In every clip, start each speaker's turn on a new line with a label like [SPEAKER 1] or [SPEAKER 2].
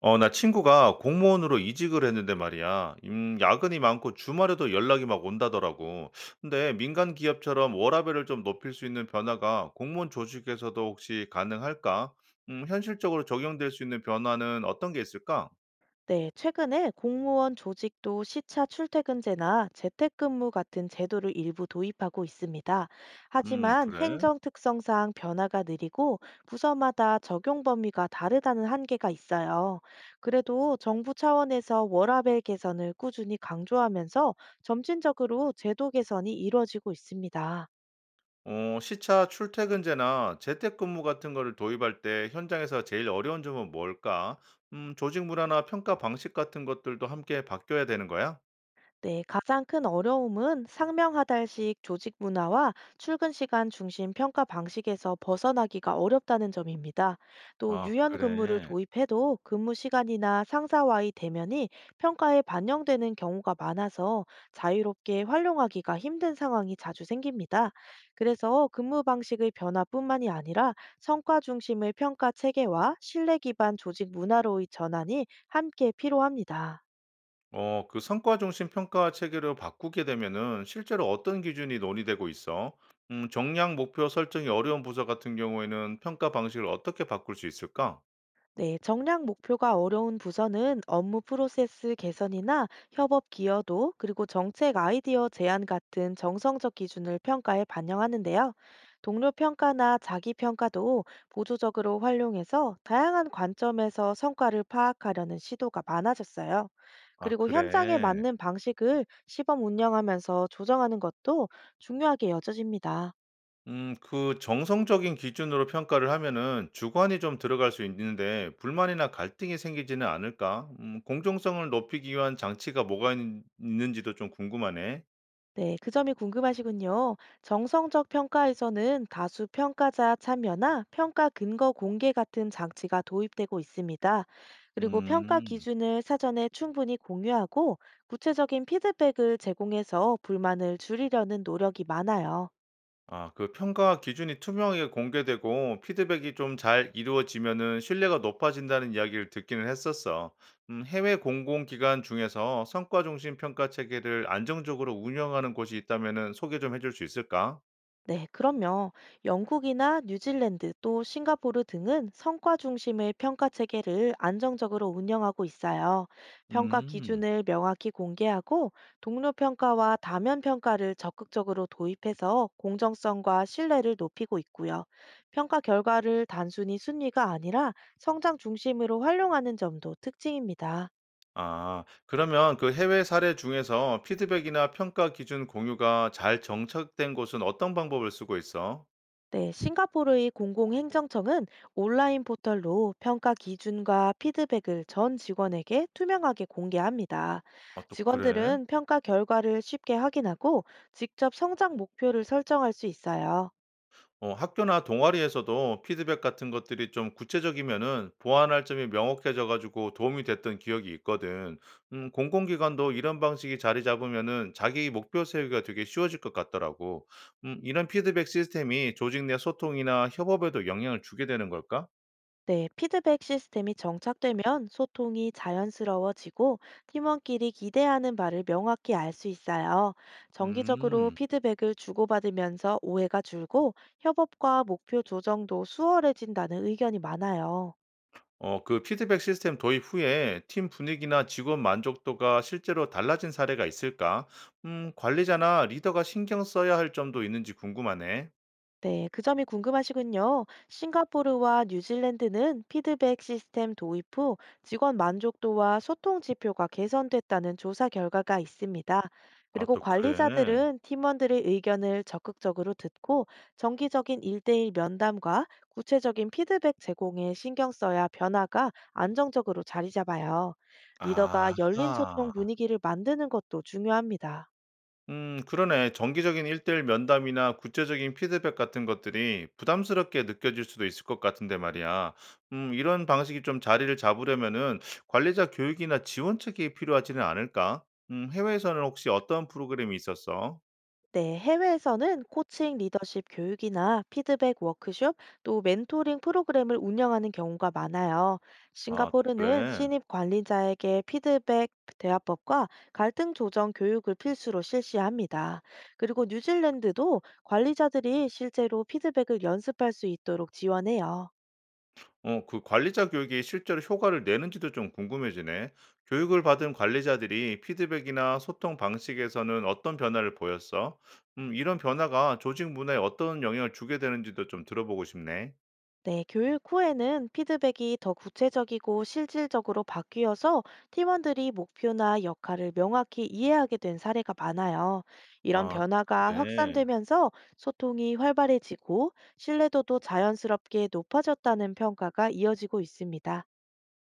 [SPEAKER 1] 나 친구가 공무원으로 이직을 했는데 말이야. 야근이 많고 주말에도 연락이 막 온다더라고. 근데 민간 기업처럼 워라밸을 좀 높일 수 있는 변화가 공무원 조직에서도 혹시 가능할까? 현실적으로 적용될 수 있는 변화는 어떤 게 있을까?
[SPEAKER 2] 네, 최근에 공무원 조직도 시차 출퇴근제나 재택근무 같은 제도를 일부 도입하고 있습니다. 하지만
[SPEAKER 1] 그래.
[SPEAKER 2] 행정 특성상 변화가 느리고 부서마다 적용 범위가 다르다는 한계가 있어요. 그래도 정부 차원에서 워라밸 개선을 꾸준히 강조하면서 점진적으로 제도 개선이 이루어지고 있습니다.
[SPEAKER 1] 시차 출퇴근제나 재택근무 같은 거를 도입할 때 현장에서 제일 어려운 점은 뭘까? 조직 문화나 평가 방식 같은 것들도 함께 바뀌어야 되는 거야?
[SPEAKER 2] 네, 가장 큰 어려움은 상명하달식 조직 문화와 출근 시간 중심 평가 방식에서 벗어나기가 어렵다는 점입니다. 또
[SPEAKER 1] 아,
[SPEAKER 2] 유연 근무를
[SPEAKER 1] 그래.
[SPEAKER 2] 도입해도 근무 시간이나 상사와의 대면이 평가에 반영되는 경우가 많아서 자유롭게 활용하기가 힘든 상황이 자주 생깁니다. 그래서 근무 방식의 변화뿐만이 아니라 성과 중심의 평가 체계와 신뢰 기반 조직 문화로의 전환이 함께 필요합니다.
[SPEAKER 1] 그 성과 중심 평가 체계로 바꾸게 되면은 실제로 어떤 기준이 논의되고 있어? 정량 목표 설정이 어려운 부서 같은 경우에는 평가 방식을 어떻게 바꿀 수 있을까?
[SPEAKER 2] 네, 정량 목표가 어려운 부서는 업무 프로세스 개선이나 협업 기여도, 그리고 정책 아이디어 제안 같은 정성적 기준을 평가에 반영하는데요. 동료 평가나 자기 평가도 보조적으로 활용해서 다양한 관점에서 성과를 파악하려는 시도가 많아졌어요.
[SPEAKER 1] 아,
[SPEAKER 2] 그리고 현장에
[SPEAKER 1] 그래.
[SPEAKER 2] 맞는 방식을 시범 운영하면서 조정하는 것도 중요하게 여겨집니다.
[SPEAKER 1] 그 정성적인 기준으로 평가를 하면은 주관이 좀 들어갈 수 있는데 불만이나 갈등이 생기지는 않을까? 공정성을 높이기 위한 장치가 뭐가 있는지도 좀 궁금하네.
[SPEAKER 2] 네, 그 점이 궁금하시군요. 정성적 평가에서는 다수 평가자 참여나 평가 근거 공개 같은 장치가 도입되고 있습니다. 그리고 평가
[SPEAKER 1] 음.
[SPEAKER 2] 기준을 사전에 충분히 공유하고 구체적인 피드백을 제공해서 불만을 줄이려는 노력이 많아요.
[SPEAKER 1] 그 평가 기준이 투명하게 공개되고 피드백이 좀 잘 이루어지면은 신뢰가 높아진다는 이야기를 듣기는 했었어. 해외 공공기관 중에서 성과 중심 평가 체계를 안정적으로 운영하는 곳이 있다면은 소개 좀 해줄 수 있을까?
[SPEAKER 2] 네, 그럼요. 영국이나 뉴질랜드 또 싱가포르 등은 성과 중심의 평가 체계를 안정적으로 운영하고 있어요. 평가
[SPEAKER 1] 음.
[SPEAKER 2] 기준을 명확히 공개하고 동료 평가와 다면 평가를 적극적으로 도입해서 공정성과 신뢰를 높이고 있고요. 평가 결과를 단순히 순위가 아니라 성장 중심으로 활용하는 점도 특징입니다.
[SPEAKER 1] 그러면 그 해외 사례 중에서 피드백이나 평가 기준 공유가 잘 정착된 곳은 어떤 방법을 쓰고 있어?
[SPEAKER 2] 네, 싱가포르의 공공행정청은 온라인 포털로 평가 기준과 피드백을 전 직원에게 투명하게 공개합니다.
[SPEAKER 1] 아, 또 그래?
[SPEAKER 2] 직원들은 평가 결과를 쉽게 확인하고 직접 성장 목표를 설정할 수 있어요.
[SPEAKER 1] 학교나 동아리에서도 피드백 같은 것들이 좀 구체적이면은 보완할 점이 명확해져 가지고 도움이 됐던 기억이 있거든. 공공기관도 이런 방식이 자리 잡으면은 자기 목표 세우기가 되게 쉬워질 것 같더라고. 이런 피드백 시스템이 조직 내 소통이나 협업에도 영향을 주게 되는 걸까?
[SPEAKER 2] 네, 피드백 시스템이 정착되면 소통이 자연스러워지고 팀원끼리 기대하는 바를 명확히 알 수 있어요. 정기적으로
[SPEAKER 1] 음.
[SPEAKER 2] 피드백을 주고받으면서 오해가 줄고 협업과 목표 조정도 수월해진다는 의견이 많아요.
[SPEAKER 1] 그 피드백 시스템 도입 후에 팀 분위기나 직원 만족도가 실제로 달라진 사례가 있을까? 관리자나 리더가 신경 써야 할 점도 있는지 궁금하네.
[SPEAKER 2] 네, 그 점이 궁금하시군요. 싱가포르와 뉴질랜드는 피드백 시스템 도입 후 직원 만족도와 소통 지표가 개선됐다는 조사 결과가 있습니다.
[SPEAKER 1] 아
[SPEAKER 2] 그리고
[SPEAKER 1] 또 그래.
[SPEAKER 2] 관리자들은 팀원들의 의견을 적극적으로 듣고 정기적인 일대일 면담과 구체적인 피드백 제공에 신경 써야 변화가 안정적으로 자리 잡아요. 리더가 열린 소통
[SPEAKER 1] 아하.
[SPEAKER 2] 분위기를 만드는 것도 중요합니다.
[SPEAKER 1] 그러네. 정기적인 일대일 면담이나 구체적인 피드백 같은 것들이 부담스럽게 느껴질 수도 있을 것 같은데 말이야. 이런 방식이 좀 자리를 잡으려면은 관리자 교육이나 지원책이 필요하지는 않을까? 해외에서는 혹시 어떤 프로그램이 있었어?
[SPEAKER 2] 네, 해외에서는 코칭 리더십 교육이나 피드백 워크숍, 또 멘토링 프로그램을 운영하는 경우가 많아요.
[SPEAKER 1] 아 또
[SPEAKER 2] 싱가포르는
[SPEAKER 1] 그래.
[SPEAKER 2] 신입 관리자에게 피드백 대화법과 갈등 조정 교육을 필수로 실시합니다. 그리고 뉴질랜드도 관리자들이 실제로 피드백을 연습할 수 있도록 지원해요.
[SPEAKER 1] 그 관리자 교육이 실제로 효과를 내는지도 좀 궁금해지네. 교육을 받은 관리자들이 피드백이나 소통 방식에서는 어떤 변화를 보였어? 이런 변화가 조직 문화에 어떤 영향을 주게 되는지도 좀 들어보고 싶네.
[SPEAKER 2] 네, 교육 후에는 피드백이 더 구체적이고 실질적으로 바뀌어서 팀원들이 목표나 역할을 명확히 이해하게 된 사례가 많아요. 이런
[SPEAKER 1] 아,
[SPEAKER 2] 변화가
[SPEAKER 1] 그래.
[SPEAKER 2] 확산되면서 소통이 활발해지고 신뢰도도 자연스럽게 높아졌다는 평가가 이어지고 있습니다.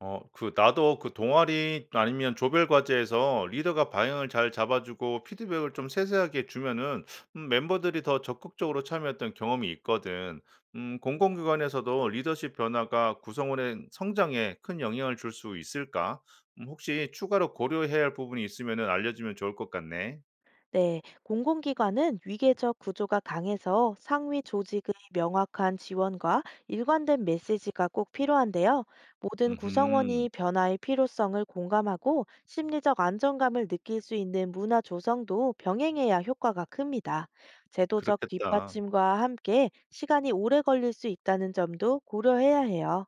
[SPEAKER 1] 그 나도 그 동아리 아니면 조별 과제에서 리더가 방향을 잘 잡아 주고 피드백을 좀 세세하게 주면은 멤버들이 더 적극적으로 참여했던 경험이 있거든. 공공기관에서도 리더십 변화가 구성원의 성장에 큰 영향을 줄 수 있을까? 혹시 추가로 고려해야 할 부분이 있으면은 알려주면 좋을 것 같네.
[SPEAKER 2] 네, 공공기관은 위계적 구조가 강해서 상위 조직의 명확한 지원과 일관된 메시지가 꼭 필요한데요. 모든
[SPEAKER 1] 음음.
[SPEAKER 2] 구성원이 변화의 필요성을 공감하고 심리적 안정감을 느낄 수 있는 문화 조성도 병행해야 효과가 큽니다. 제도적
[SPEAKER 1] 그렇겠다.
[SPEAKER 2] 뒷받침과 함께 시간이 오래 걸릴 수 있다는 점도 고려해야 해요.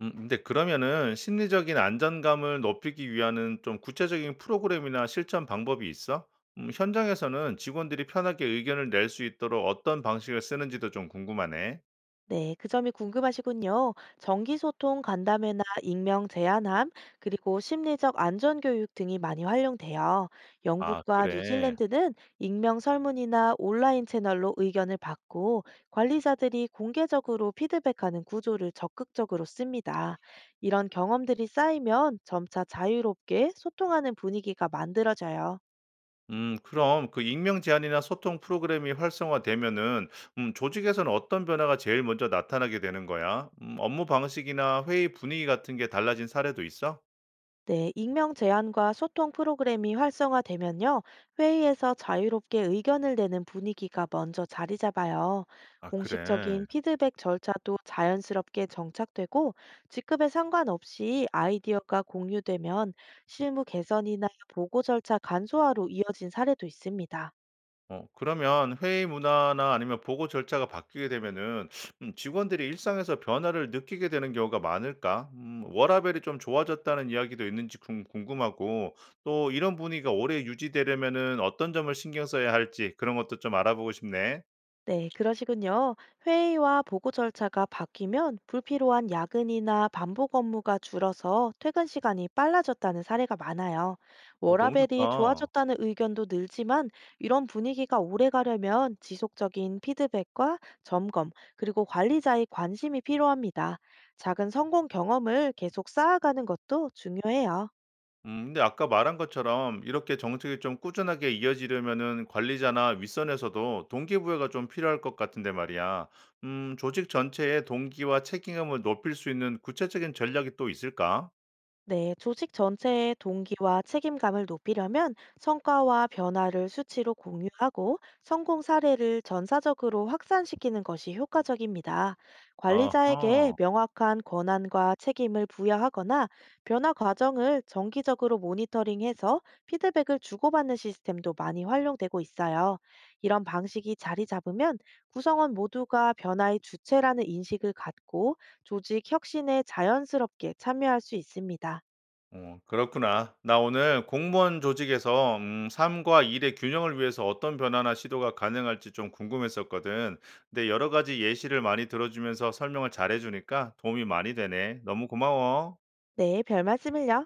[SPEAKER 1] 근데 그러면은 심리적인 안전감을 높이기 위한 좀 구체적인 프로그램이나 실천 방법이 있어? 현장에서는 직원들이 편하게 의견을 낼 수 있도록 어떤 방식을 쓰는지도 좀 궁금하네.
[SPEAKER 2] 네, 그 점이 궁금하시군요. 정기소통 간담회나 익명 제한함, 그리고 심리적 안전교육 등이 많이 활용돼요.
[SPEAKER 1] 아,
[SPEAKER 2] 영국과
[SPEAKER 1] 그래.
[SPEAKER 2] 뉴질랜드는 익명 설문이나 온라인 채널로 의견을 받고 관리자들이 공개적으로 피드백하는 구조를 적극적으로 씁니다. 이런 경험들이 쌓이면 점차 자유롭게 소통하는 분위기가 만들어져요.
[SPEAKER 1] 그럼 그 익명 제한이나 소통 프로그램이 활성화되면은 조직에서는 어떤 변화가 제일 먼저 나타나게 되는 거야? 업무 방식이나 회의 분위기 같은 게 달라진 사례도 있어?
[SPEAKER 2] 네, 익명 제한과 소통 프로그램이 활성화되면요, 회의에서 자유롭게 의견을 내는 분위기가 먼저 자리 잡아요.
[SPEAKER 1] 아, 그래.
[SPEAKER 2] 공식적인 피드백 절차도 자연스럽게 정착되고, 직급에 상관없이 아이디어가 공유되면 실무 개선이나 보고 절차 간소화로 이어진 사례도 있습니다.
[SPEAKER 1] 그러면 회의 문화나 아니면 보고 절차가 바뀌게 되면은 직원들이 일상에서 변화를 느끼게 되는 경우가 많을까? 워라밸이 좀 좋아졌다는 이야기도 있는지 궁 궁금하고 또 이런 분위기가 오래 유지되려면은 어떤 점을 신경 써야 할지 그런 것도 좀 알아보고 싶네.
[SPEAKER 2] 네, 그러시군요. 회의와 보고 절차가 바뀌면 불필요한 야근이나 반복 업무가 줄어서 퇴근 시간이 빨라졌다는 사례가 많아요.
[SPEAKER 1] 너무
[SPEAKER 2] 워라밸이
[SPEAKER 1] 좋다.
[SPEAKER 2] 좋아졌다는 의견도 늘지만 이런 분위기가 오래 가려면 지속적인 피드백과 점검, 그리고 관리자의 관심이 필요합니다. 작은 성공 경험을 계속 쌓아가는 것도 중요해요.
[SPEAKER 1] 근데 아까 말한 것처럼 이렇게 정책이 좀 꾸준하게 이어지려면은 관리자나 윗선에서도 동기부여가 좀 필요할 것 같은데 말이야. 조직 전체의 동기와 책임감을 높일 수 있는 구체적인 전략이 또 있을까?
[SPEAKER 2] 네, 조직 전체의 동기와 책임감을 높이려면 성과와 변화를 수치로 공유하고 성공 사례를 전사적으로 확산시키는 것이 효과적입니다. 관리자에게
[SPEAKER 1] 어허.
[SPEAKER 2] 명확한 권한과 책임을 부여하거나 변화 과정을 정기적으로 모니터링해서 피드백을 주고받는 시스템도 많이 활용되고 있어요. 이런 방식이 자리 잡으면 구성원 모두가 변화의 주체라는 인식을 갖고 조직 혁신에 자연스럽게 참여할 수 있습니다.
[SPEAKER 1] 그렇구나. 나 오늘 공무원 조직에서 삶과 일의 균형을 위해서 어떤 변화나 시도가 가능할지 좀 궁금했었거든. 근데 여러 가지 예시를 많이 들어주면서 설명을 잘해주니까 도움이 많이 되네. 너무 고마워.
[SPEAKER 2] 네, 별 말씀을요.